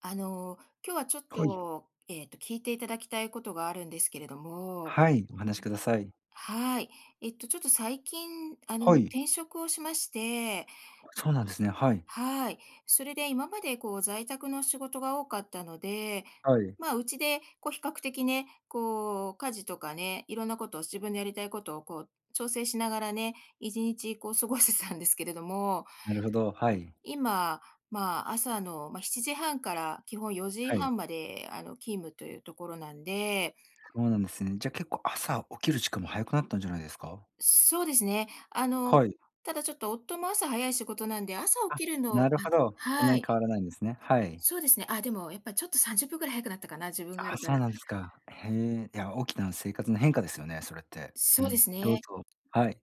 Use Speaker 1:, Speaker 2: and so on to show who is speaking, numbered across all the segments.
Speaker 1: あの、今日はちょっ
Speaker 2: はい。
Speaker 1: と、聞いていただきたいことがあるんですけれども、
Speaker 2: はい、お話しください。
Speaker 1: はい。ちょっと最近、
Speaker 2: はい。
Speaker 1: 転職をしまして、
Speaker 2: そうなんですね、はい。
Speaker 1: はい。それで今までこう在宅の仕事が多かったので、
Speaker 2: はい。
Speaker 1: まあ、うちでこう比較的ね、こう家事とかね、いろんなことを自分でやりたいことをこう調整しながらね、一日こう過ごしてたんですけれども、
Speaker 2: なるほど、はい。
Speaker 1: 今、まあ、朝の、まあ、7時半から基本4
Speaker 2: は
Speaker 1: 時
Speaker 2: い。
Speaker 1: 半まで、勤務というところなんで、
Speaker 2: そうなんですね。じゃ、結構朝起きる時間も早くなったんじゃないですか？
Speaker 1: そうですね。
Speaker 2: はい。
Speaker 1: ただちょっと夫も朝早い仕事なんで、朝起
Speaker 2: あ、
Speaker 1: きるのあ、
Speaker 2: なるほど、そんな
Speaker 1: は
Speaker 2: に
Speaker 1: い。
Speaker 2: 変わらないんですね。はい。
Speaker 1: そうですね。あ、でもやっぱちょっと30分ぐらい早くなったかな、自分があ
Speaker 2: あ、
Speaker 1: るか
Speaker 2: そ
Speaker 1: ら。
Speaker 2: うなんですか。へえ、いや、起きたの生活の変化ですよね、それって。う
Speaker 1: そうで
Speaker 2: ん、
Speaker 1: す
Speaker 2: どう
Speaker 1: ね。
Speaker 2: ぞ。はい。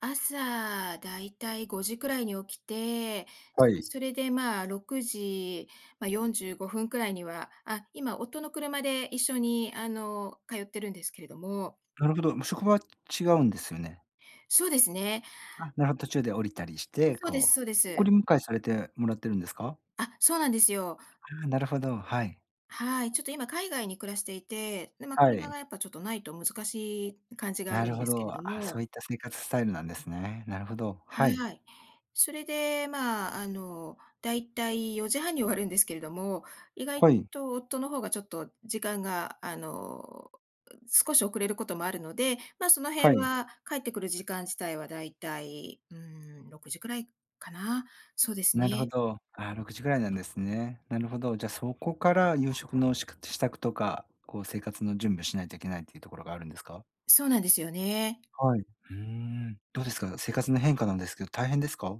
Speaker 1: 朝だいたい5時くらいに起きて、
Speaker 2: はい。
Speaker 1: それで、まあ、6時、まあ、45分くらいには、あ、今夫の車で一緒に、通ってるんですけれども、
Speaker 2: なるほど、もう職場は違うんですよね。
Speaker 1: そうですね。
Speaker 2: あ、なるほど、途中で降りたりして、
Speaker 1: そうで
Speaker 2: こ
Speaker 1: すそうで
Speaker 2: う、送
Speaker 1: す。
Speaker 2: り迎えされてもらってるんですか？
Speaker 1: あ、そうなんですよ。
Speaker 2: ああ、なるほど、はい。
Speaker 1: はい。ちょっと今海外に暮らしていて、で、まあ、
Speaker 2: は
Speaker 1: 車
Speaker 2: い。
Speaker 1: がやっぱちょっとないと難しい感じがあ
Speaker 2: な
Speaker 1: る
Speaker 2: る
Speaker 1: ん
Speaker 2: ほ
Speaker 1: ですけ
Speaker 2: ど。
Speaker 1: れ
Speaker 2: あ、
Speaker 1: ど
Speaker 2: そ
Speaker 1: も、
Speaker 2: ういった生活スタイルなんですね。なるほど。はい。
Speaker 1: はい。それで、まあ、だいたい4時半に終わるんですけれども、意外
Speaker 2: はい。
Speaker 1: と夫の方がちょっと時間が、少し遅れることもあるので、まあ、その辺
Speaker 2: はい。
Speaker 1: は帰ってくる時間自体はだいたい、うん、6時くらいかな。そうです
Speaker 2: なるほ
Speaker 1: ね。
Speaker 2: ど。あ、6時ぐらいなんですね。なるほど。じゃ、あそこから夕食の支度とか、こう生活の準備をしないといけないっていうところがあるんですか？
Speaker 1: そうなんですよね。
Speaker 2: はい。うーん。どうですか？生活の変化なんですけど、大変ですか？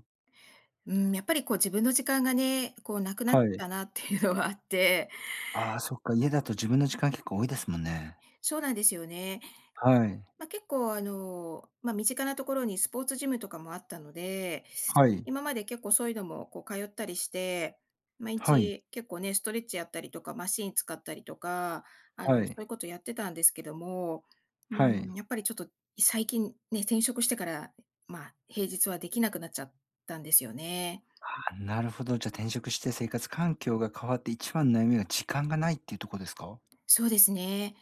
Speaker 1: うん、やっぱりこう自分の時間がね、こうなくなっ
Speaker 2: はい。
Speaker 1: たなっていうのはあって、
Speaker 2: ああ、そっか、家だと自分の時間結構多いですもんね。
Speaker 1: そうなんですよね。
Speaker 2: はい。
Speaker 1: まあ、結構まあ、身近なところにスポーツジムとかもあったので、
Speaker 2: はい。
Speaker 1: 今まで結構そういうのもこう通ったりして、毎
Speaker 2: はい。
Speaker 1: 日結構ね、ストレッチやったりとか、マシーン使ったりとか、
Speaker 2: は
Speaker 1: そ
Speaker 2: い。
Speaker 1: ういうことやってたんですけども、う
Speaker 2: はい。
Speaker 1: ん、やっぱりちょっと最近ね、転職してから、まあ、平日はできなくなっちゃったんですよね。
Speaker 2: あ、なるほど。じゃ、転職して生活環境が変わって一番の悩みが時間がないっていうとこですか？
Speaker 1: そうですね。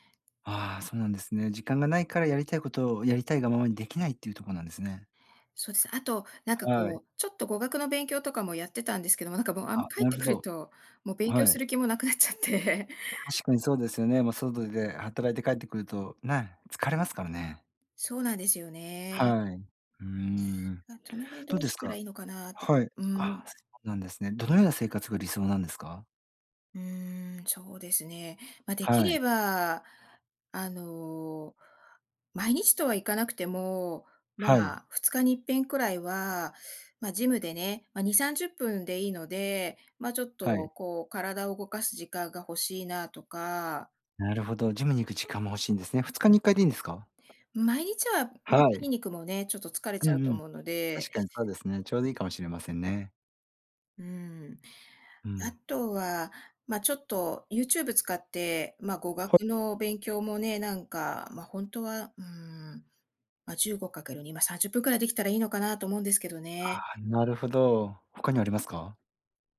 Speaker 2: ああ、そうなんですね。時間がないからやりたいことをやりたいがままにできないっていうところなんですね。
Speaker 1: そうです。あと、なんか
Speaker 2: はい。
Speaker 1: こう、ちょっと語学の勉強とかもやってたんですけども、なんかもう、あん
Speaker 2: あ、
Speaker 1: ま帰っ
Speaker 2: なる
Speaker 1: て
Speaker 2: ほ
Speaker 1: くる
Speaker 2: ど。
Speaker 1: と、もう勉強
Speaker 2: はい。
Speaker 1: する気もなくなっちゃって。
Speaker 2: 確かにそうですよね。まあ、外で働いて帰ってくると、ね、疲れますからね。
Speaker 1: そうなんですよね。
Speaker 2: はい。うーん。
Speaker 1: あ、その辺
Speaker 2: ど
Speaker 1: ど
Speaker 2: う
Speaker 1: う
Speaker 2: です
Speaker 1: したら
Speaker 2: か？
Speaker 1: いいのかなって。
Speaker 2: はい。
Speaker 1: うん。
Speaker 2: あ、そうなんですね。どのような生活が理想なんですか？
Speaker 1: うーん、そうですね。ま、でき
Speaker 2: は
Speaker 1: れ
Speaker 2: い。
Speaker 1: ば、あの、毎日とはいかなくても、ま
Speaker 2: はい。
Speaker 1: あ、2日にいっぺんくらいは、ま、ジムでね、ま、2、30分でいいので、ま、ちょっ
Speaker 2: は
Speaker 1: と
Speaker 2: い。
Speaker 1: こう、体を動かす時間が欲しいなとか、
Speaker 2: なるほど、ジムに行く時間も欲しいんですね。2日に1回でいいんですか？
Speaker 1: 毎日は、ま、
Speaker 2: はい。
Speaker 1: 筋肉もね、ちょっと疲れ
Speaker 2: うん
Speaker 1: ちゃう
Speaker 2: う
Speaker 1: と
Speaker 2: ん。
Speaker 1: 思うので、
Speaker 2: 確かにそうですね。ちょうどいいかもしれませんね。
Speaker 1: うん。
Speaker 2: う
Speaker 1: あ
Speaker 2: ん。
Speaker 1: とは、ま、ちょっと YouTube 使って、ま、語学の勉強もね、なんか、ま、ほんとは、うーん、ま、1 5る2ま、30分くらいできたらいいのかなと思うんですけどね。
Speaker 2: なるほど。他にありますか？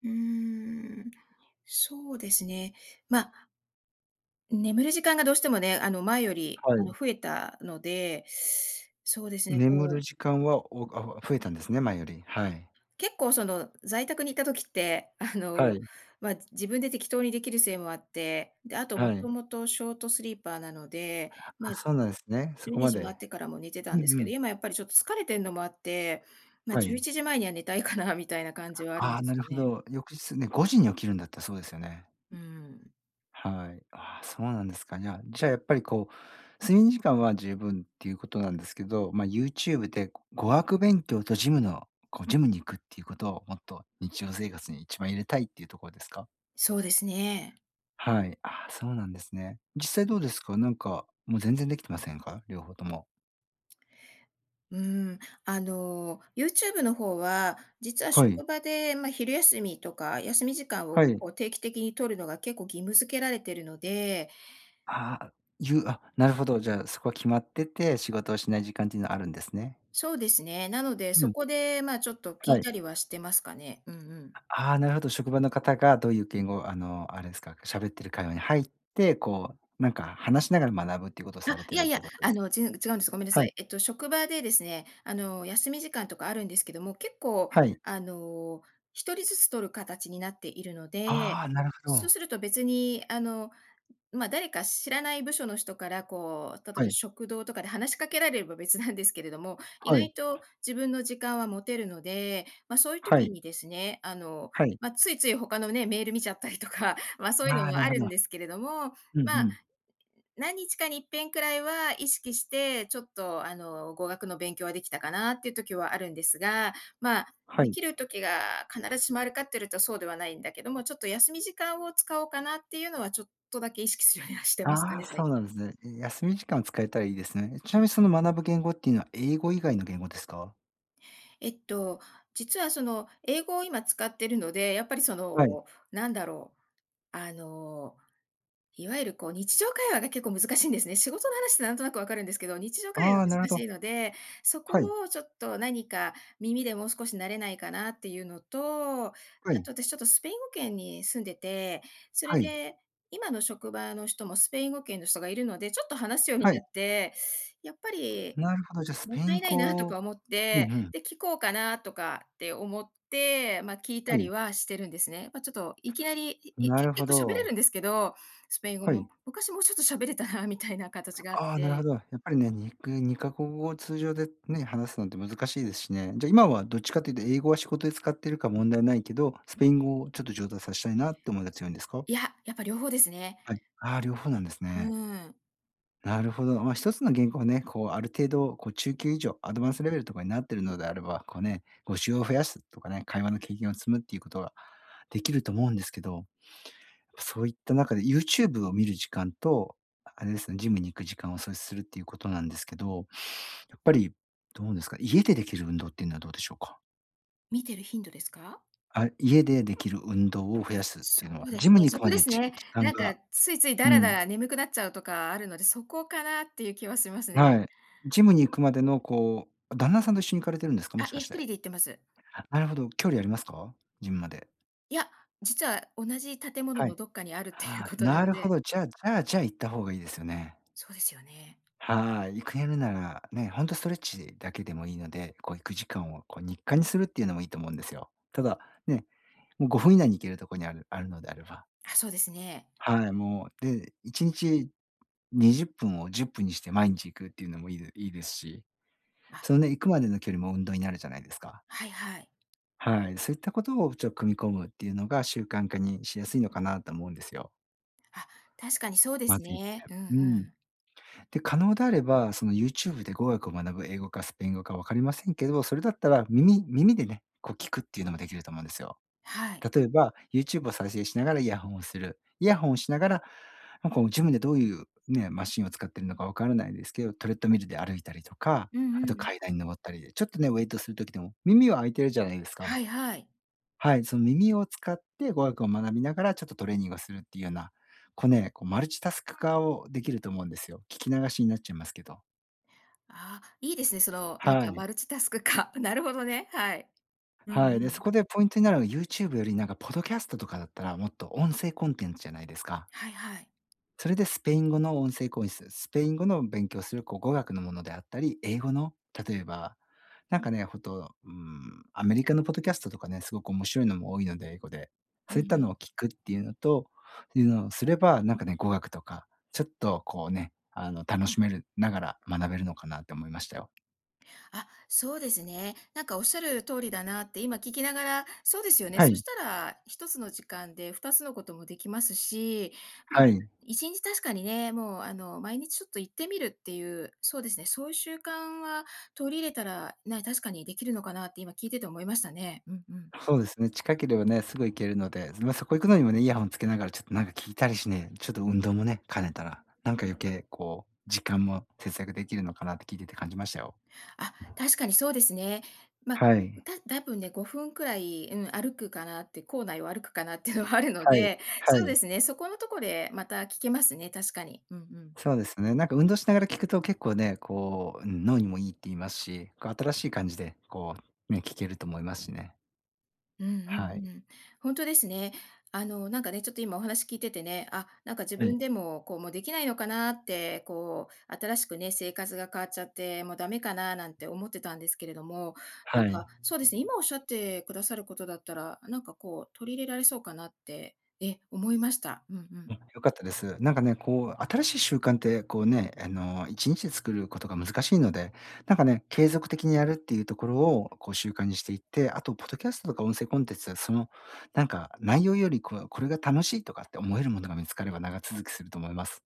Speaker 1: うーん、そうですね。ま、眠る時間がどうしてもね、前より、
Speaker 2: はい。
Speaker 1: 増えたので、そうですね、
Speaker 2: 眠
Speaker 1: こ
Speaker 2: る
Speaker 1: う
Speaker 2: 時間は、増えたんですね、前より。はい。
Speaker 1: 結構その在宅に行った時って、
Speaker 2: はい、
Speaker 1: まあ、自分で適当にできるせいもあって、で、あとも
Speaker 2: は
Speaker 1: と
Speaker 2: い。
Speaker 1: もとショートスリーパーなので、まあ、
Speaker 2: あ、そうなんですね。そ
Speaker 1: 12
Speaker 2: こま
Speaker 1: 時回
Speaker 2: で。
Speaker 1: ってからも寝てた
Speaker 2: うん
Speaker 1: んです
Speaker 2: う
Speaker 1: けど、
Speaker 2: ん。
Speaker 1: 今やっぱりちょっと疲れてんのもあって、まあ、
Speaker 2: は
Speaker 1: 11
Speaker 2: い。
Speaker 1: 時前には寝たいかなみたいな感じはあるん
Speaker 2: ああ、
Speaker 1: で
Speaker 2: な
Speaker 1: す
Speaker 2: る
Speaker 1: よ
Speaker 2: ほ
Speaker 1: ね。
Speaker 2: ど。翌日ね、5時に起きるんだったらそうですよね。
Speaker 1: うん。
Speaker 2: はい。ああ、そうなんですか。じゃあやっぱりこう、睡眠時間は十分っていうことなんですけど、まあ、YouTube で語学勉強とジムのこうジムに行くっていうことをもっと日常生活に一番入れたいっていうところですか？
Speaker 1: そうですね。
Speaker 2: はい。あ、そうなんですね。実際どうですか？なんか、もう全然できてませんか？両方とも。
Speaker 1: うん。YouTube の方は、実は
Speaker 2: はい。
Speaker 1: 職場で、まあ、昼休みとか休み時間を
Speaker 2: はい。
Speaker 1: こう定期的に取るのが結構義務付けられてるので、
Speaker 2: ああ、ゆうあ、なるほど。じゃあ、そこは決まってて、仕事をしない時間っていうのはあるんですね。
Speaker 1: そうですね。なので、
Speaker 2: う
Speaker 1: そ
Speaker 2: ん、
Speaker 1: こで、まあ、ちょっと聞
Speaker 2: は
Speaker 1: い
Speaker 2: い。
Speaker 1: たりはしてますかね。うんうん。
Speaker 2: ああ、なるほど。職場の方がどういう言語を、あれですか、喋ってる会話に入って、こう、なんか話しながら学ぶっていうことを
Speaker 1: あ、
Speaker 2: され
Speaker 1: い
Speaker 2: て
Speaker 1: や
Speaker 2: るっ
Speaker 1: いや、
Speaker 2: ていうことです。
Speaker 1: 違うんです。ごめんな
Speaker 2: は
Speaker 1: さ
Speaker 2: い。
Speaker 1: い。えっと、職場でですね、休み時間とかあるんですけども、結構、
Speaker 2: はい。
Speaker 1: あの、一人ずつ取る形になっているので、
Speaker 2: ああ、なるほ
Speaker 1: そう
Speaker 2: ど。
Speaker 1: すると別に、まあ、誰か知らない部署の人からこう、例え
Speaker 2: は
Speaker 1: ば
Speaker 2: い。
Speaker 1: 食堂とかで話しかけられれば別なんですけれども、意
Speaker 2: はい。
Speaker 1: 外と自分の時間は持てるので、まあ、そういう
Speaker 2: は
Speaker 1: 時
Speaker 2: い。
Speaker 1: にですね、
Speaker 2: はい。
Speaker 1: まあ、ついつい他のね、メール見ちゃったりとか、ま、そういうの
Speaker 2: ああ、
Speaker 1: も
Speaker 2: な
Speaker 1: あ
Speaker 2: るほ
Speaker 1: る
Speaker 2: ど。
Speaker 1: んですけれども、
Speaker 2: うんう
Speaker 1: ま、
Speaker 2: ん。
Speaker 1: 何日かにいっぺんくらいは意識して、ちょっと語学の勉強はできたかなっていう時はあるんですが、まあ、
Speaker 2: は
Speaker 1: で
Speaker 2: い。
Speaker 1: きる時が必ずしもあるかっていうとそうではないんだけども、ちょっと休み時間を使おうかなっていうのはちょっとだけ意識するようにはしてました
Speaker 2: ああ、
Speaker 1: ね、
Speaker 2: そ
Speaker 1: 最
Speaker 2: うな
Speaker 1: 近。
Speaker 2: んですね。え、休み時間を使えたらいいですね。ちなみにその学ぶ言語っていうのは英語以外の言語ですか？
Speaker 1: えっと、実はその英語を今使ってるので、やっぱりそ
Speaker 2: はい。
Speaker 1: の、なんだろう、あのいわゆるこう日常会話が結構難しいんですね。仕事の話ってなんとなくわかるんですけど、日常会話が
Speaker 2: ああ、なるほ
Speaker 1: 難し
Speaker 2: ど。
Speaker 1: いので、そ
Speaker 2: はい、
Speaker 1: こをちょっと何か耳でもう少し慣れないかなっていうのと、あ
Speaker 2: はい、
Speaker 1: と私ちょっとスペイン語圏に住んでて、それ
Speaker 2: はい、
Speaker 1: で今の職場の人もスペイン語圏の人がいるので、ちょっと話すように
Speaker 2: は
Speaker 1: な
Speaker 2: い。
Speaker 1: って、やっぱり
Speaker 2: なるほど、じゃあ、ス
Speaker 1: もっ
Speaker 2: ペイ
Speaker 1: た
Speaker 2: ン
Speaker 1: いないなとか
Speaker 2: 語。
Speaker 1: 思っ
Speaker 2: う
Speaker 1: て、
Speaker 2: んうん。
Speaker 1: で、聞こうかなとかって思って、まあ、聞いた
Speaker 2: は
Speaker 1: り
Speaker 2: い。
Speaker 1: はしてるんですね。まあ、ちょっといきなり、いい
Speaker 2: な
Speaker 1: 結
Speaker 2: るほ
Speaker 1: 構喋れ
Speaker 2: ど。
Speaker 1: るんですけど、スペイン語
Speaker 2: は
Speaker 1: も
Speaker 2: い。
Speaker 1: 昔もうちょっと喋れたなみたいな形があっ
Speaker 2: ああ、なるほ
Speaker 1: て。
Speaker 2: ど。やっぱりね、2カ国語を通常でね、話すなんて難しいですしね。じゃあ、今はどっちかというと英語は仕事で使ってるから問題ないけど、スペイン語をちょっと上達させたいなって思いが強いんですか？
Speaker 1: いや、やっぱ両方ですね。
Speaker 2: はい。ああ、両方なんですね。
Speaker 1: うん。
Speaker 2: なるほど。まあ、一つの原稿をね、こう、ある程度、こう、中級以上、アドバンスレベルとかになってるのであれば、こうね、語習を増やすとかね、会話の経験を積むっていうことができると思うんですけど、そういった中で YouTube を見る時間と、あれですね、ジムに行く時間を創出するっていうことなんですけど、やっぱりどうですか、家でできる運動っていうのはどうでしょうか？
Speaker 1: 見てる頻度ですか？
Speaker 2: あ、家でできる運動を増やすって
Speaker 1: そ
Speaker 2: いうのは、
Speaker 1: うで
Speaker 2: ジ
Speaker 1: す
Speaker 2: ム
Speaker 1: ね、
Speaker 2: に行
Speaker 1: そ
Speaker 2: く
Speaker 1: こ
Speaker 2: ま
Speaker 1: で
Speaker 2: で
Speaker 1: すね。
Speaker 2: 時間
Speaker 1: なんか
Speaker 2: が
Speaker 1: ついついだ
Speaker 2: う
Speaker 1: らだ
Speaker 2: ん。
Speaker 1: ら眠くなっちゃうとかあるので、そこかなっていう気はしますね。
Speaker 2: はい。ジムに行くまでのこう、旦那さんと一緒に行かれてるんですか？も
Speaker 1: あ、
Speaker 2: し
Speaker 1: い
Speaker 2: か
Speaker 1: や、
Speaker 2: し
Speaker 1: 一人
Speaker 2: て。
Speaker 1: で行ってます。
Speaker 2: あ、なるほど、距離ありますか？ジムまで。
Speaker 1: いや、実は同じ建物
Speaker 2: は
Speaker 1: の
Speaker 2: い。
Speaker 1: どっかにあるっていう
Speaker 2: ああ、
Speaker 1: ことな
Speaker 2: な
Speaker 1: の
Speaker 2: るほ
Speaker 1: で、
Speaker 2: ど、じゃあ行った方がいいですよね。
Speaker 1: そうですよね。
Speaker 2: はい。やるなら、ね、ほんとストレッチだけでもいいので、こう行く時間をこう日課にするっていうのもいいと思うんですよ。ただ、ね、もう5分以内に行けるとこにあるのであれば。
Speaker 1: あ、そうですね。
Speaker 2: はい、もう、で、1日20分を10分にして毎日行くっていうのもいいですし、
Speaker 1: あ、
Speaker 2: そのね、行くまでの距離も運動になるじゃないですか。
Speaker 1: はいはい。
Speaker 2: はい、そういったことをちょっと組み込むっていうのが習慣化にしやすいのかなと思うんですよ。
Speaker 1: あ、確かにそうで
Speaker 2: ま
Speaker 1: す
Speaker 2: ずいって、
Speaker 1: ね。うんう
Speaker 2: うん。
Speaker 1: ん。
Speaker 2: で、可能であれば、その YouTube で語学を学ぶ英語かスペイン語か分かりませんけど、それだったら耳でね、こう聞くっていうのもできると思うんですよ。
Speaker 1: はい。
Speaker 2: 例えば、YouTube を再生しながらイヤホンをする。イヤホンをしながら、なんか自分でどういうね、マシンを使ってるのか分からないですけど、トレッドミルで歩いたりとか、
Speaker 1: うんう
Speaker 2: あと
Speaker 1: ん。
Speaker 2: 階段に登ったりで、ちょっとね、ウェイトするときでも耳は開いてるじゃないですか。
Speaker 1: はいはい。
Speaker 2: はい、その耳を使って語学を学びながら、ちょっとトレーニングをするっていうような、こうね、こうマルチタスク化をできると思うんですよ。聞き流しになっちゃいますけど。
Speaker 1: あ、いいですね、その、なん
Speaker 2: は
Speaker 1: か
Speaker 2: い。
Speaker 1: マルチタスク化。なるほどね、はい。うん
Speaker 2: はい。で、
Speaker 1: う
Speaker 2: そ
Speaker 1: ん。
Speaker 2: こでポイントになるのが、YouTube よりなんかポッドキャストとかだったら、もっと音声コンテンツじゃないですか。
Speaker 1: はいはい。
Speaker 2: それでスペイン語の音声講演室、スペイン語の勉強する、こう、語学のものであったり、英語の、例えば、なんかね、ほんと、アメリカのポッドキャストとかね、すごく面白いのも多いので、英語で。
Speaker 1: うん
Speaker 2: そ
Speaker 1: う
Speaker 2: ういった
Speaker 1: ん。
Speaker 2: のを聞くっていうのをすれば、なんかね、語学とか、ちょっとこうね、楽しめるながら学べるのかなって思いましたよ。
Speaker 1: あ、そうですね。なんかおっしゃる通りだなって今聞きながら、そうですよね。
Speaker 2: は
Speaker 1: そし
Speaker 2: い。
Speaker 1: たら一つの時間で二つのこともできますし、もう
Speaker 2: はい。
Speaker 1: 一日確かにね、もう毎日ちょっと行ってみるっていう、そうですね、そういう習慣は取り入れたら、ね、確かにできるのかなって今聞いてて思いましたね。うんうん。
Speaker 2: そうですね、近ければね、すぐ行けるので、まあ、そこ行くのにもね、イヤホンつけながらちょっとなんか聞いたりしね、ちょっと運動もね、兼ねたら、なんか余計こう、時間も節約できるのかなって聞いてて感じましたよ。
Speaker 1: あ、確かにそうですね。まあ、
Speaker 2: はい。
Speaker 1: 多分ね、5分くらい、うん、歩くかなって、校内を歩くかなっていうのはあるの
Speaker 2: はい。
Speaker 1: で、
Speaker 2: は
Speaker 1: そうで
Speaker 2: い。
Speaker 1: すね、そこのところでまた聞けますね、確かに。うんうん。
Speaker 2: そうですね。なんか運動しながら聞くと結構ね、こう、うん、脳にもいいって言いますし、こう新しい感じで、こう、ね、聞けると思いますしね。
Speaker 1: うんう
Speaker 2: はい。
Speaker 1: んうん。本当ですね。なんかね、ちょっと今お話聞いててね、あ、なんか自
Speaker 2: は
Speaker 1: 分
Speaker 2: い。
Speaker 1: でも、こう、もうできないのかなって、こう、新しくね、生活が変わっちゃって、もうダメかななんて思ってたんですけれども、なん
Speaker 2: はい。
Speaker 1: か、そうですね、今おっしゃってくださることだったら、なんかこう、取り入れられそうかなって、思いました。うんうん。
Speaker 2: 良かったです。なんかね、こう、新しい習慣ってこうね、1日で作ることが難しいので、なんかね、継続的にやるっていうところをこう習慣にしていって、あとポッドキャストとか音声コンテンツはその、なんか内容よりこうこれが楽しいとかって思えるものが見つかれば長続きすると思います。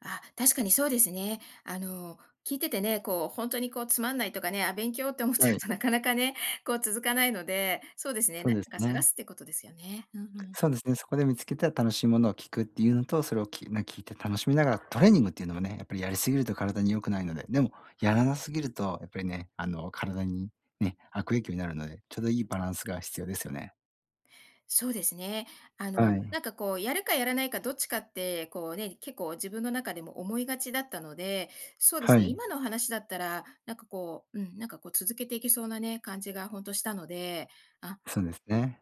Speaker 1: あ、確かにそうですね。聞いててね、こう、本当にこう、つまんないとかね、あ、勉強って思っちゃ
Speaker 2: は
Speaker 1: う
Speaker 2: い、
Speaker 1: と なかなかね、こう、続かないので、そうですね、
Speaker 2: そ
Speaker 1: な
Speaker 2: うで
Speaker 1: な
Speaker 2: す
Speaker 1: んか
Speaker 2: ね。
Speaker 1: 探すってことですよね。うんうん。
Speaker 2: そうですね、そこで見つけた楽しいものを聞くっていうのと、それを聞いて楽しみながら、トレーニングっていうのもね、やっぱりやりすぎると体に良くないので、でもやらなすぎるとやっぱりね、体にね、悪影響になるので、ちょうどいいバランスが必要ですよね。
Speaker 1: そうですね。
Speaker 2: はい。
Speaker 1: なんかこう、やるかやらないかどっちかって、こうね、結構自分の中でも思いがちだったので、そうで
Speaker 2: は
Speaker 1: すね、
Speaker 2: い。
Speaker 1: 今のお話だったら、なんかこう、うん、なんかこう続けていけそうなね、感じが本当したので、あ、
Speaker 2: そうですね。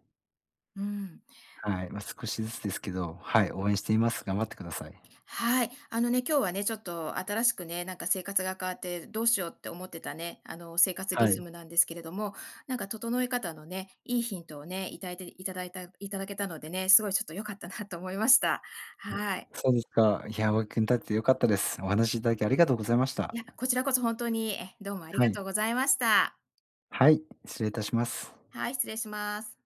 Speaker 1: うん。
Speaker 2: はい。まあ、少しずつですけど、はい、応援しています。頑張ってください。
Speaker 1: はい。あのね、今日はね、ちょっと新しくね、なんか生活が変わってどうしようって思ってたね、生活リ
Speaker 2: は
Speaker 1: ズ
Speaker 2: い。
Speaker 1: ムなんですけれども、なんか整え方のね、いいヒントをね、いただいていただいたいただけたのでね、すごいちょっと良かったなと思いました。はい。
Speaker 2: そうですか。いや、お役に立って良かったです。お話しいただきありがとうございまし
Speaker 1: い
Speaker 2: た。
Speaker 1: や、こちらこそ本当に、どうもあり
Speaker 2: は
Speaker 1: が
Speaker 2: い。
Speaker 1: とうございました。
Speaker 2: はい、失礼いたします。
Speaker 1: はい、失礼します。